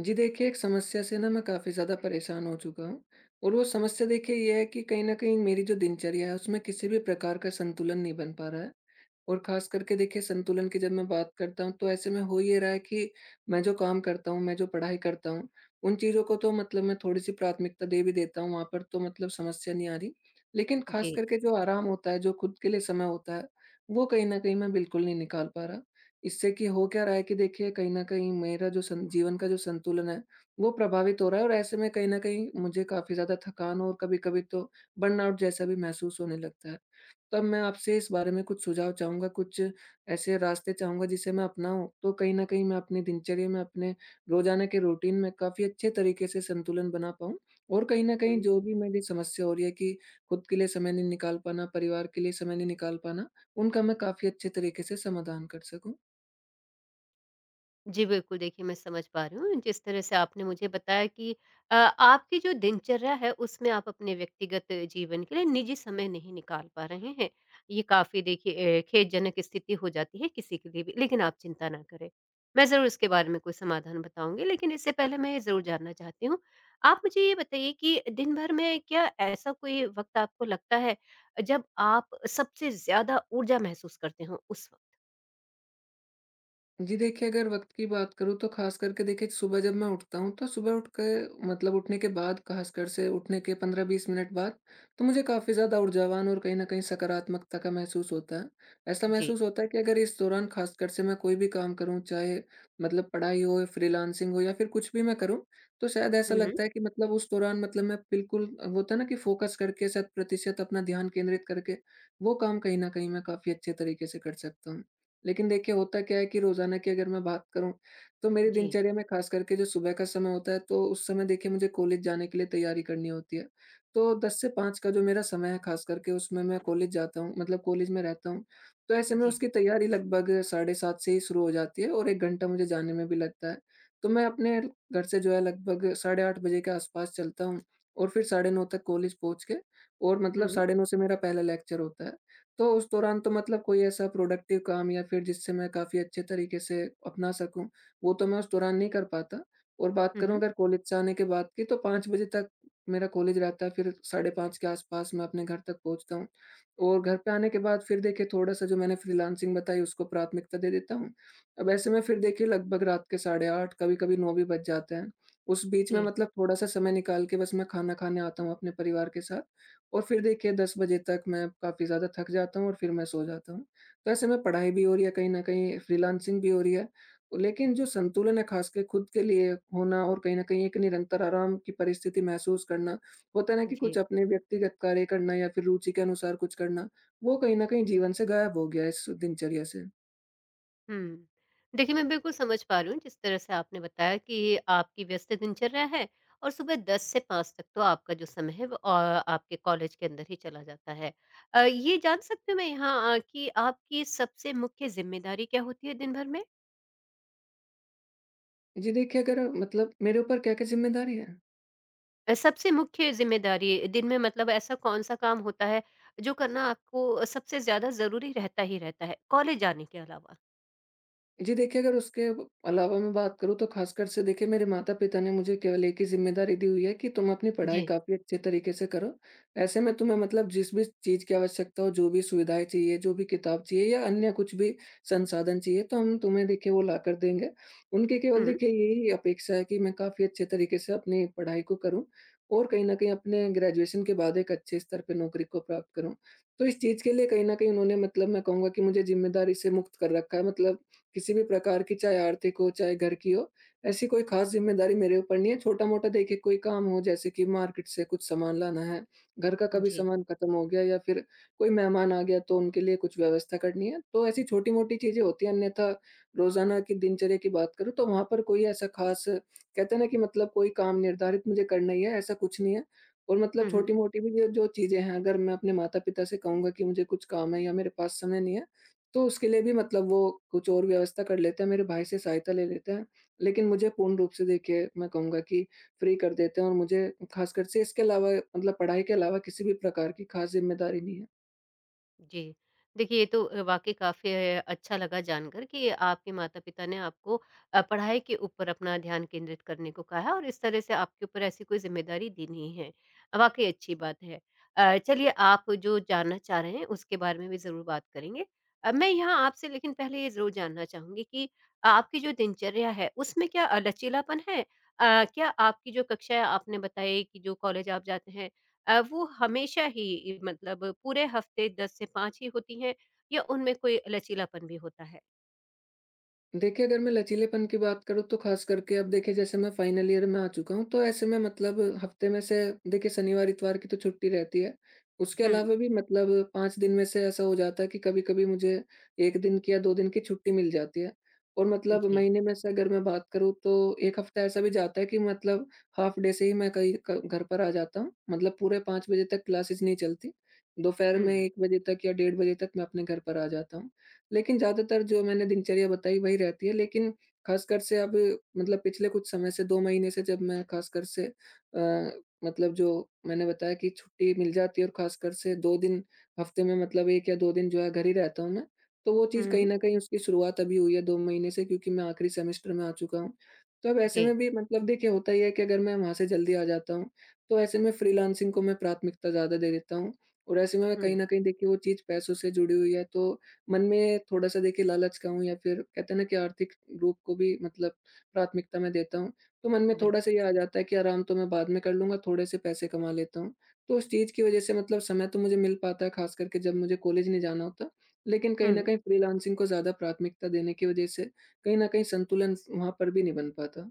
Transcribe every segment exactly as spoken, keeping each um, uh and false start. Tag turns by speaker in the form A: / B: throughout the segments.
A: जी देखिए, एक समस्या से ना मैं काफ़ी ज़्यादा परेशान हो चुका हूँ और वो समस्या देखिए ये है कि कहीं न कहीं मेरी जो दिनचर्या है उसमें किसी भी प्रकार का संतुलन नहीं बन पा रहा है। और ख़ास करके देखिए संतुलन की जब मैं बात करता हूँ तो ऐसे में हो ये रहा है कि मैं जो काम करता हूँ, मैं जो पढ़ाई करता हूँ, उन चीज़ों को तो मतलब मैं थोड़ी-सी प्राथमिकता दे भी देता हूँ, वहाँ पर तो मतलब समस्या नहीं आ रही। लेकिन ख़ास
B: जी।
A: करके जो आराम होता है, जो खुद के लिए समय होता है, वो कहीं न कहीं मैं बिल्कुल नहीं निकाल पा रहा। इससे कि हो क्या रहा है कि देखिए कहीं न कहीं मेरा जो सं जीवन का जो संतुलन है, वो प्रभावित हो रहा है और ऐसे में कहीं न कहीं मुझे काफ़ी ज़्यादा थकान और कभी-कभी तो बर्नआउट जैसा भी महसूस होने लगता है। तो अब मैं आपसे इस बारे में कुछ सुझाव चाहूँगा, कुछ ऐसे रास्ते चाहूँगा जिसे मैं अपनाऊँ, तो कहीं न कहीं मैं अपनी दिनचर्या में, अपने रोज़ाना के रूटीन में काफ़ी अच्छे तरीके से संतुलन बना पाऊँ और कहीं न कहीं जो
B: हुँ।
A: भी मेरी समस्या हो रही है कि खुद के लिए समय नहीं निकाल पाना, परिवार के लिए समय नहीं निकाल पाना, उनका मैं काफ़ी अच्छे तरीके से समाधान कर सकूँ।
B: जी, बिल्कुल देखिए मैं समझ पा रही हूँ जिस तरह से आपने मुझे बताया कि अ, आपकी जो दिनचर्या है उसमें आप अपने व्यक्तिगत जीवन के लिए निजी समय नहीं निकाल पा रहे हैं। ये काफ़ी देखिए अ, खेदजनक स्थिति हो जाती है किसी के लिए भी, लेकिन आप चिंता ना करें। मैं ज़रूर इसके बारे में कोई समाधान बताऊँगी, लेकिन इससे पहले मैं ये ज़रूर जानना चाहती हूँ, आप मुझे ये बताइए कि दिन भर में क्या ऐसा कोई वक़्त आपको लगता है जब आप सबसे ज़्यादा ऊर्जा महसूस करते हो उस वक़्त?
A: जी देखिए, अगर वक़्त की बात करूँ तो ख़ास करके देखिए सुबह जब मैं उठता हूँ तो सुबह उठ के मतलब उठने के बाद ख़ासकर से उठने के पंद्रह बीस मिनट बाद तो मुझे काफ़ी ज़्यादा ऊर्जावान और कहीं न कहीं सकारात्मकता का महसूस होता है। ऐसा
B: जी।
A: महसूस होता है कि अगर इस दौरान ख़ासकर से मैं कोई भी काम करूँ चाहे मतलब पढ़ाई हो, फ्रीलांसिंग हो या फिर कुछ भी मैं करूँ तो शायद ऐसा
B: हुँ, हुँ।
A: लगता है कि मतलब उस दौरान मतलब मैं बिल्कुल वो होता है ना कि फ़ोकस करके शत प्रतिशत अपना ध्यान केंद्रित करके वो काम कहीं न कहीं मैं काफ़ी अच्छे तरीके से कर सकता हूँ। लेकिन देखिए होता क्या है कि रोज़ाना की अगर मैं बात करूँ, तो मेरी
B: जी।
A: दिनचर्या में ख़ास करके जो सुबह का समय होता है, तो उस समय देखिए मुझे कॉलेज जाने के लिए तैयारी करनी होती है। तो दस से पाँच का जो मेरा समय है ख़ास करके उसमें मैं कॉलेज जाता हूँ मतलब कॉलेज में रहता हूँ। तो ऐसे में
B: जी।
A: उसकी तैयारी लगभग साढ़े सात से ही शुरू हो जाती है और एक घंटा मुझे जाने में भी लगता है। तो मैं अपने घर से जो है लगभग साढ़े आठ बजे के आस-पास चलता हूँ और फिर साढ़े नौ तक कॉलेज पहुँच के और मतलब
B: हुँ,
A: साढ़े नौ से मेरा पहला लेक्चर होता है। तो उस दौरान तो मतलब कोई ऐसा प्रोडक्टिव काम या फिर जिससे मैं काफ़ी अच्छे तरीके से अपना सकूँ, वो तो मैं उस दौरान नहीं कर पाता और बात
B: हुँ,
A: करूँ
B: हुँ।
A: अगर कॉलेज से आने के बाद की तो पाँच बजे तक मेरा कॉलेज रहता है, फिर साढ़े पाँच के आस-पास मैं अपने घर तक पहुँचता हूँ और घर पे आने के बाद फिर देखिए थोड़ा-सा जो मैंने फ्रीलांसिंग बताई उसको प्राथमिकता दे देता हूँ। अब ऐसे में फिर देखिए लगभग रात के साढ़े आठ कभी-कभी नौ भी बज जाते हैं। उस बीच में
B: जी,
A: मतलब थोड़ा-सा समय निकाल के बस मैं खाना खाने आता हूँ अपने परिवार के साथ और फिर देखिए दस बजे तक मैं काफ़ी ज़्यादा थक जाता हूँ और फिर मैं सो जाता हूँ। तो ऐसे में पढ़ाई भी हो रही है कहीं न कहीं, फ्रीलांसिंग भी हो रही है। लेकिन जो संतुलन है ख़ासकर खुद के लिए होना और कहीं न कहीं एक निरंतर आराम की परिस्थिति महसूस करना, होता है ना कि
B: जी।
A: कुछ अपने व्यक्तिगत कार्य करना या फिर रुचि के अनुसार कुछ करना, वो कहीं न कहीं जीवन से गायब हो गया है इस दिनचर्या से।
B: हुँ। देखिए, मैं बिल्कुल समझ पा रही हूँ जिस तरह से आपने बताया कि आपकी व्यस्त दिनचर्या है और सुबह दस से पाँच तक तो आपका जो समय है, वो अ, आपके कॉलेज के अंदर ही चला जाता है। अ, ये जान सकती हूँ मैं यहाँ अ, कि आपकी सबसे मुख्य ज़िम्मेदारी क्या होती है दिन भर में?
A: जी देखिए, अगर मतलब मेरे ऊपर क्या-क्या ज़िम्मेदारी है?
B: अ, सबसे मुख्य ज़िम्मेदारी दिन में मतलब ऐसा कौन-सा काम होता है जो करना आपको सबसे ज़्यादा ज़रूरी रहता ही रहता है, कॉलेज जाने के अलावा?
A: जी देखिए, अगर उसके ब अलावा मैं बात करूँ तो ख़ासकर से देखिए मेरे माता-पिता ने मुझे केवल एक ही ज़िम्मेदारी दी हुई है कि तुम अपनी पढ़ाई
B: जी।
A: काफ़ी अच्छे तरीके से करो। ऐसे में तुम्हें मतलब जिस भी चीज़ की आवश्यकता हो, जो भी सुविधाएँ चाहिए, जो भी किताब चाहिए या अन्य कुछ भी संसाधन चाहिए तो हम तुम्हें देखिए वो लाकर देंगे। उनकी केवल
B: हुँ।
A: देखिए यही अपेक्षा है कि मैं काफ़ी अच्छे तरीके से अपनी पढ़ाई को करूँ और कहीं न कहीं अपने ग्रेजुएशन के बाद एक अच्छे स्तर पे नौकरी को प्राप्त करूँ। तो इस चीज़ के लिए कहीं न कहीं उन्होंने मतलब मैं कहूँगा कि मुझे ज़िम्मेदारी से मुक्त कर रखा है मतलब किसी भी प्रकार की चाहे आर्थिक हो, चाहे घर की हो, ऐसी कोई ख़ास ज़िम्मेदारी मेरे ऊपर नहीं है। छोटा-मोटा देखिए कोई काम हो जैसे कि मार्केट से कुछ सामान लाना है, घर का कभी
B: जी।
A: सामान खत्म हो गया या फिर कोई मेहमान आ गया तो उनके लिए कुछ व्यवस्था करनी है, तो ऐसी छोटी-मोटी चीज़ें होती हैं। अन्यथा रोज़ाना की दिनचर्या की बात करूँ तो वहाँ पर कोई ऐसा ख़ास कहते हैं ना कि मतलब कोई काम निर्धारित मुझे करना ही है, ऐसा कुछ नहीं है। और मतलब
B: हुँ, हुँ।
A: छोटी-मोटी भी जो जो चीज़ें हैं अगर मैं अपने माता-पिता से कहूँगा कि मुझे कुछ काम है या मेरे पास समय नहीं है तो उसके लिए भी मतलब वो कुछ और व्यवस्था कर लेते हैं, मेरे भाई से सहायता ले लेते हैं। लेकिन मुझे पूर्ण रूप से देखिए मैं कहूँगा कि फ्री कर देते हैं और मुझे ख़ासकर से इसके अलावा मतलब पढ़ाई के अलावा किसी भी प्रकार की ख़ास ज़िम्मेदारी नहीं है।
B: जी। देखिए, ये तो अ, वाक़ई काफ़ी अ, अच्छा लगा जानकर कि आपके माता-पिता ने आपको अ, पढ़ाई के ऊपर अपना ध्यान केंद्रित करने को कहा है और इस तरह से आपके ऊपर ऐसी कोई ज़िम्मेदारी दी नहीं है। वाक़ई अच्छी बात है। अ, चलिए आप जो जानना चाह रहे हैं उसके बारे में भी ज़रूर बात करेंगे। अ, मैं यहाँ आपसे लेकिन पहले ये ज़रूर जानना चाहूँगी कि आपकी जो दिनचर्या है उसमें क्या अ, लचीलापन है? अ, क्या आपकी जो कक्षाएँ आपने बताई कि जो कॉलेज आप जाते हैं अ, वो हमेशा ही मतलब पूरे हफ्ते दस से पाँच ही होती हैं या उनमें कोई लचीलापन भी होता है?
A: देखिए, अगर मैं लचीलेपन की बात करूँ तो ख़ास करके अब देखिए जैसे मैं फाइनल ईयर में आ चुका हूँ, तो ऐसे में मतलब हफ़्ते में से देखिए शनिवार-इतवार की तो छुट्टी रहती है। उसके
B: हुँ।
A: अलावा भी मतलब पाँच दिन में से ऐसा हो जाता है कि कभी-कभी मुझे एक दिन की या दो दिन की छुट्टी मिल जाती है। और मतलब
B: जी।
A: महीने में से अगर मैं बात करूँ तो एक हफ़्ता ऐसा भी जाता है कि मतलब हाफ डे से ही मैं कहीं क घर पर आ जाता हूँ। मतलब पूरे पाँच बजे तक क्लासेज़ नहीं चलती। दोपहर में
B: हुँ,
A: एक बजे तक या डेढ़ बजे तक मैं अपने घर पर आ जाता हूँ। लेकिन ज़्यादातर जो मैंने दिनचर्या बताई वही रहती है। लेकिन ख़ासकर से अब मतलब पिछले कुछ समय से दो महीने से जब मैं ख़ासकर से अ, मतलब जो मैंने बताया कि छुट्टी मिल जाती है और ख़ासकर से दो दिन हफ़्ते में मतलब एक या दो दिन जो है घर ही रहता हूँ मैं। तो वो चीज़
B: हुँ।
A: कहीं न कहीं उसकी शुरुआत अभी हुई है दो महीने से क्योंकि मैं आखिरी सेमेस्टर में आ चुका हूँ। तो अब ऐसे
B: जी,
A: में भी मतलब देखिए होता ही है कि अगर मैं वहाँ से जल्दी आ जाता हूँ, तो ऐसे में फ्रीलांसिंग को मैं प्राथमिकता ज़्यादा दे देता हूँ और ऐसे में कहीं
B: हुँ,
A: न कहीं देखिए वो चीज़ पैसों से जुड़ी हुई है तो मन में थोड़ा-सा देखिए लालच का हूँ या फिर कहते हैं ना कि आर्थिक रूप को भी मतलब प्राथमिकता मैं देता हूँ, तो मन में थोड़ा-सा
B: बिल्कुल।
A: ये आ जाता है कि आराम तो मैं बाद में कर लूँगा, थोड़े से पैसे कमा लेता हूँ। तो उस चीज़ की वजह से मतलब समय तो मुझे मिल पाता है, ख़ास करके जब मुझे कॉलेज नहीं जाना होता, लेकिन कहीं न
B: हुँ।
A: कहीं फ्रीलांसिंग को ज़्यादा प्राथमिकता देने की वजह से कहीं न कहीं संतुलन स वहाँ पर भी नहीं बन पाता।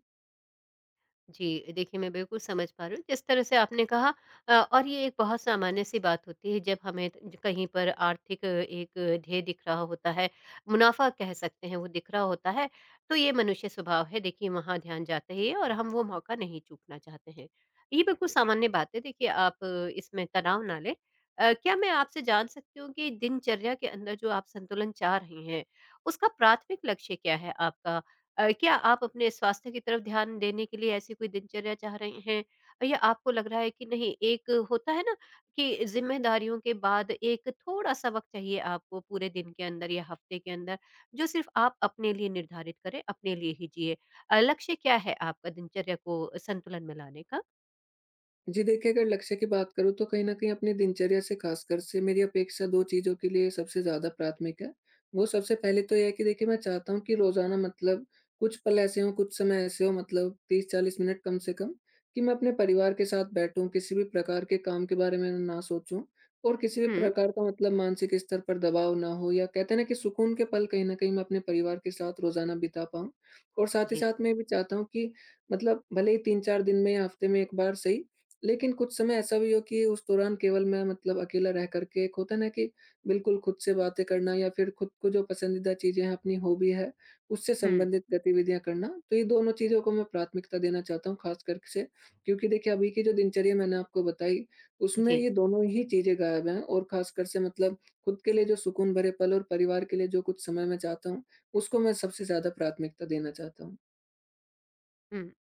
B: जी, देखिए मैं बिल्कुल समझ पा रही हूँ, जिस तरह से आपने कहा, अ, और ये एक बहुत सामान्य-सी बात होती है जब हमें ज कहीं पर आर्थिक अ, एक ध्येय दिख रहा होता है, मुनाफ़ा कह सकते हैं वो दिख रहा होता है, तो ये मनुष्य स्वभाव है, देखिए वहाँ ध्यान जाता ही है और हम वो मौका नहीं चूकना चाहते हैं। ये बिल्कुल सामान्य बात है, देखिए आप अ, इसमें तनाव ना लें। अ, क्या मैं आपसे जान सकती हूँ कि दिनचर्या के अंदर जो आप संतुलन चाह रही हैं, उसका प्राथमिक लक्ष्य क्या है आपका? अ, क्या आप अपने स्वास्थ्य की तरफ ध्यान देने के लिए ऐसी कोई दिनचर्या चाह रहे हैं? या आपको लग रहा है कि नहीं, एक होता है ना कि ज़िम्मेदारियों के बाद एक थोड़ा-सा वक़्त चाहिए आपको पूरे दिन के अंदर या हफ़्ते के अंदर, जो सिर्फ़ आप अपने लिए निर्धारित करें, अपने लिए ही जिएँ। अ, लक्ष्य क्या है आपका दिनचर्या को संतुलन में लाने का?
A: जी देखिए, अगर लक्ष्य की बात करूँ तो कहीं न कहीं अपनी दिनचर्या से ख़ासकर से मेरी अपेक्षा दो चीज़ों के लिए सबसे ज़्यादा प्राथमिक है। वो सबसे पहले तो ये है कि देखिए मैं चाहता हूँ कि रोज़ाना मतलब कुछ पल ऐसे हों, कुछ समय ऐसे हों मतलब तीस चालीस मिनट कम से कम कि मैं अपने परिवार के साथ बैठूँ, किसी भी प्रकार के काम के बारे में ना सोचूँ और किसी भी
B: हुँ,
A: प्रकार का मतलब मानसिक स्तर पर दबाव ना हो या कहते हैं ना कि सुकून के पल कहीं न कहीं मैं अपने परिवार के साथ रोज़ाना बिता पाऊँ। और साथ ही
B: जी।
A: साथ मैं ये भी चाहता हूँ कि मतलब भले ही तीन चार दिन में या हफ़्ते में एक बार सही लेकिन कुछ समय ऐसा भी हो कि उस दौरान केवल मैं मतलब अकेला रह करके एक होता है ना कि बिल्कुल खुद से बातें करना या फिर खुद को जो पसंदीदा चीज़ें हैं, अपनी हॉबी है, उससे
B: हुँ,
A: संबंधित गतिविधियाँ करना। तो ये दोनों चीज़ों को मैं प्राथमिकता देना चाहता हूँ ख़ास कर से क्योंकि देखिए अभी की जो दिनचर्या मैंने आपको बताई, उसमें
B: जी।
A: ये दोनों ही चीज़ें गायब हैं और ख़ासकर से मतलब खुद के लिए जो सुकून भरे पल और परिवार के लिए जो कुछ समय मैं चाहता हूँ, उसको मैं सबसे ज़्यादा प्राथमिकता देना चाहता हूँ।
B: हुँ।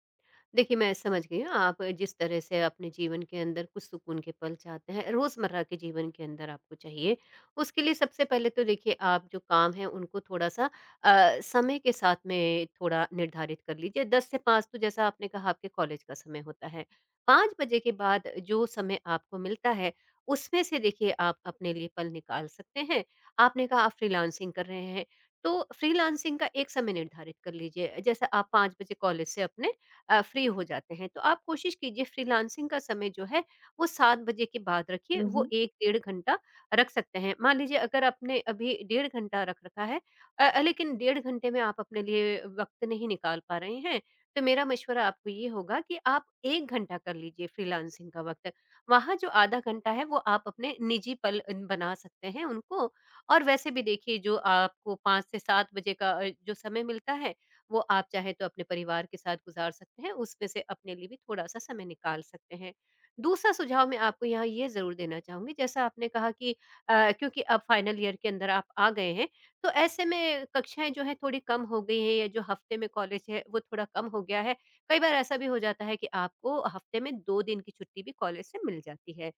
B: देखिए, मैं समझ गई हूँ, आप जिस तरह से अपने जीवन के अंदर कुछ सुकून के पल चाहते हैं, रोज़मर्रा के जीवन के अंदर आपको चाहिए। उसके लिए सबसे पहले तो देखिए आप जो काम है उनको थोड़ा-सा अ, समय के साथ में थोड़ा निर्धारित कर लीजिए। दस से पाँच तो जैसा आपने कहा आपके कॉलेज का समय होता है। पाँच बजे के बाद जो समय आपको मिलता है, उसमें से देखिए आप अपने लिए पल निकाल सकते हैं। आपने कहा आप फ्रीलांसिंग कर रहे हैं, तो फ्रीलांसिंग का एक समय निर्धारित कर लीजिए। जैसे आप पाँच बजे कॉलेज से अपने अ, फ्री हो जाते हैं। तो आप कोशिश कीजिए फ्रीलांसिंग का समय जो है वो सात बजे के बाद रखिए,
A: हुँ,
B: वो
A: हुँ।
B: एक डेढ़ घंटा रख सकते हैं। मान लीजिए अगर आपने अभी डेढ़ घंटा रख रखा है, अ अ, लेकिन डेढ़ घंटे में आप अपने लिए वक़्त नहीं निकाल पा रहे हैं, तो मेरा मशवरा आपको ये होगा कि आप एक घंटा कर लीजिए फ्रीलांसिंग का वक़्त। वहाँ जो आधा घंटा है वो आप अपने निजी पल अन बना सकते हैं उनको। और वैसे भी देखिए जो आपको पाँच से सात बजे का अ, जो समय मिलता है वो आप चाहे तो अपने परिवार के साथ गुजार सकते हैं, उसमें से अपने लिए भी थोड़ा-सा समय निकाल सकते हैं। दूसरा सुझाव मैं आपको यहाँ ये ज़रूर देना चाहूँगी, जैसा आपने कहा कि अ, क्योंकि अब फाइनल ईयर के अंदर आप आ गए हैं, तो ऐसे में कक्षाएँ जो हैं थोड़ी कम हो गई हैं या जो हफ़्ते में कॉलेज है, वो थोड़ा कम हो गया है। कई बार ऐसा भी हो जाता है कि आपको हफ़्ते में दो दिन की छुट्टी भी कॉलेज से मिल जाती है।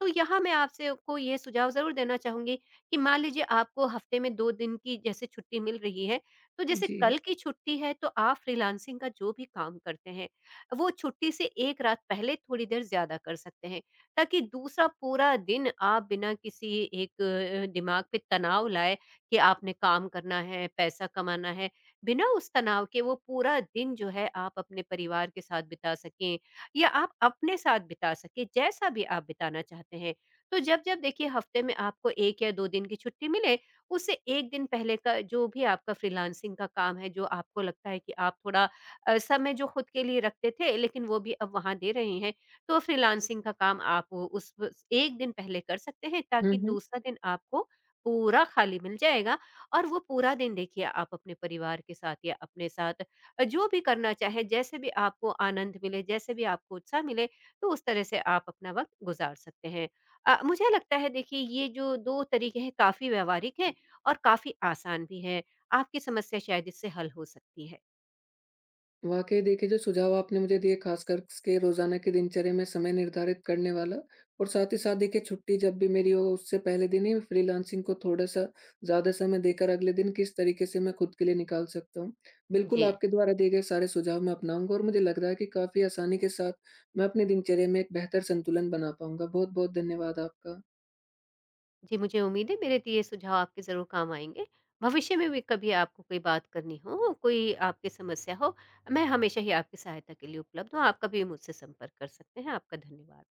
B: तो यहाँ मैं आपसे को ये सुझाव ज़रूर देना चाहूँगी कि मान लीजिए आपको हफ़्ते में दो दिन की जैसे छुट्टी मिल रही है, तो जैसे
A: जी।
B: कल की छुट्टी है तो आप फ्रीलांसिंग का जो भी काम करते हैं, वो छुट्टी से एक रात पहले थोड़ी देर ज़्यादा कर सकते हैं, ताकि दूसरा पूरा दिन आप बिना किसी एक अ, दिमाग पे तनाव लाए कि आपने काम करना है, पैसा कमाना है, बिना उस तनाव के वो पूरा दिन जो है आप अपने परिवार के साथ बिता सकें या आप अपने साथ बिता सकें, जैसा भी आप बिताना चाहते हैं। तो जब-जब देखिए हफ्ते में आपको एक या दो दिन की छुट्टी मिले उससे एक दिन पहले का जो भी आपका फ्रीलांसिंग का काम है, जो आपको लगता है कि आप थोड़ा अ, समय जो खुद के लिए रखते थे, लेकिन वो भी अब वहाँ दे रहे हैं, तो फ्रीलांसिंग का काम आप वो उस उस एक दिन पहले कर सकते हैं,
A: हुँ,
B: ताकि
A: हुँ।
B: दूसरा दिन आपको पूरा खाली मिल जाएगा और वो पूरा दिन देखिए आप अपने परिवार के साथ या अपने साथ अ, जो भी करना चाहें, जैसे भी आपको आनंद मिले, जैसे भी आपको उत्साह मिले, तो उस तरह से आप अपना वक़्त गुज़ार सकते हैं। अ, मुझे लगता है देखिए ये जो दो तरीके हैं काफ़ी व्यावहारिक हैं और काफ़ी आसान भी है। आपकी समस्या शायद इससे हल हो सकती है।
A: वाक़ई देखिए, जो सुझाव आपने मुझे दिए ख़ासकर के रोज़ाना की दिनचर्या में समय निर्धारित करने वाला और साथ ही साथ देखिए छुट्टी जब भी मेरी हो उससे पहले दिन ही फ्रीलांसिंग को थोड़ा-सा ज़्यादा समय देकर अगले दिन किस तरीके से मैं खुद के लिए निकाल सकता हूँ। बिल्कुल,
B: जी।
A: आपके द्वारा दिए गए सारे सुझाव मैं अपनाऊँगा और मुझे लग रहा है कि काफ़ी आसानी के साथ मैं अपनी दिनचर्या में एक बेहतर संतुलन बना पाऊँगा। बहुत-बहुत धन्यवाद आपका।
B: जी, मुझे उम्मीद है मेरे दिए सुझाव आपके ज़रूर काम आएँगे। भविष्य में भी कभी आपको कोई बात करनी हो, कोई आपकी समस्या हो, मैं हमेशा ही आपकी सहायता के लिए उपलब्ध हूँ। आप कभी मुझसे संपर्क कर सकते हैं। आपका धन्यवाद।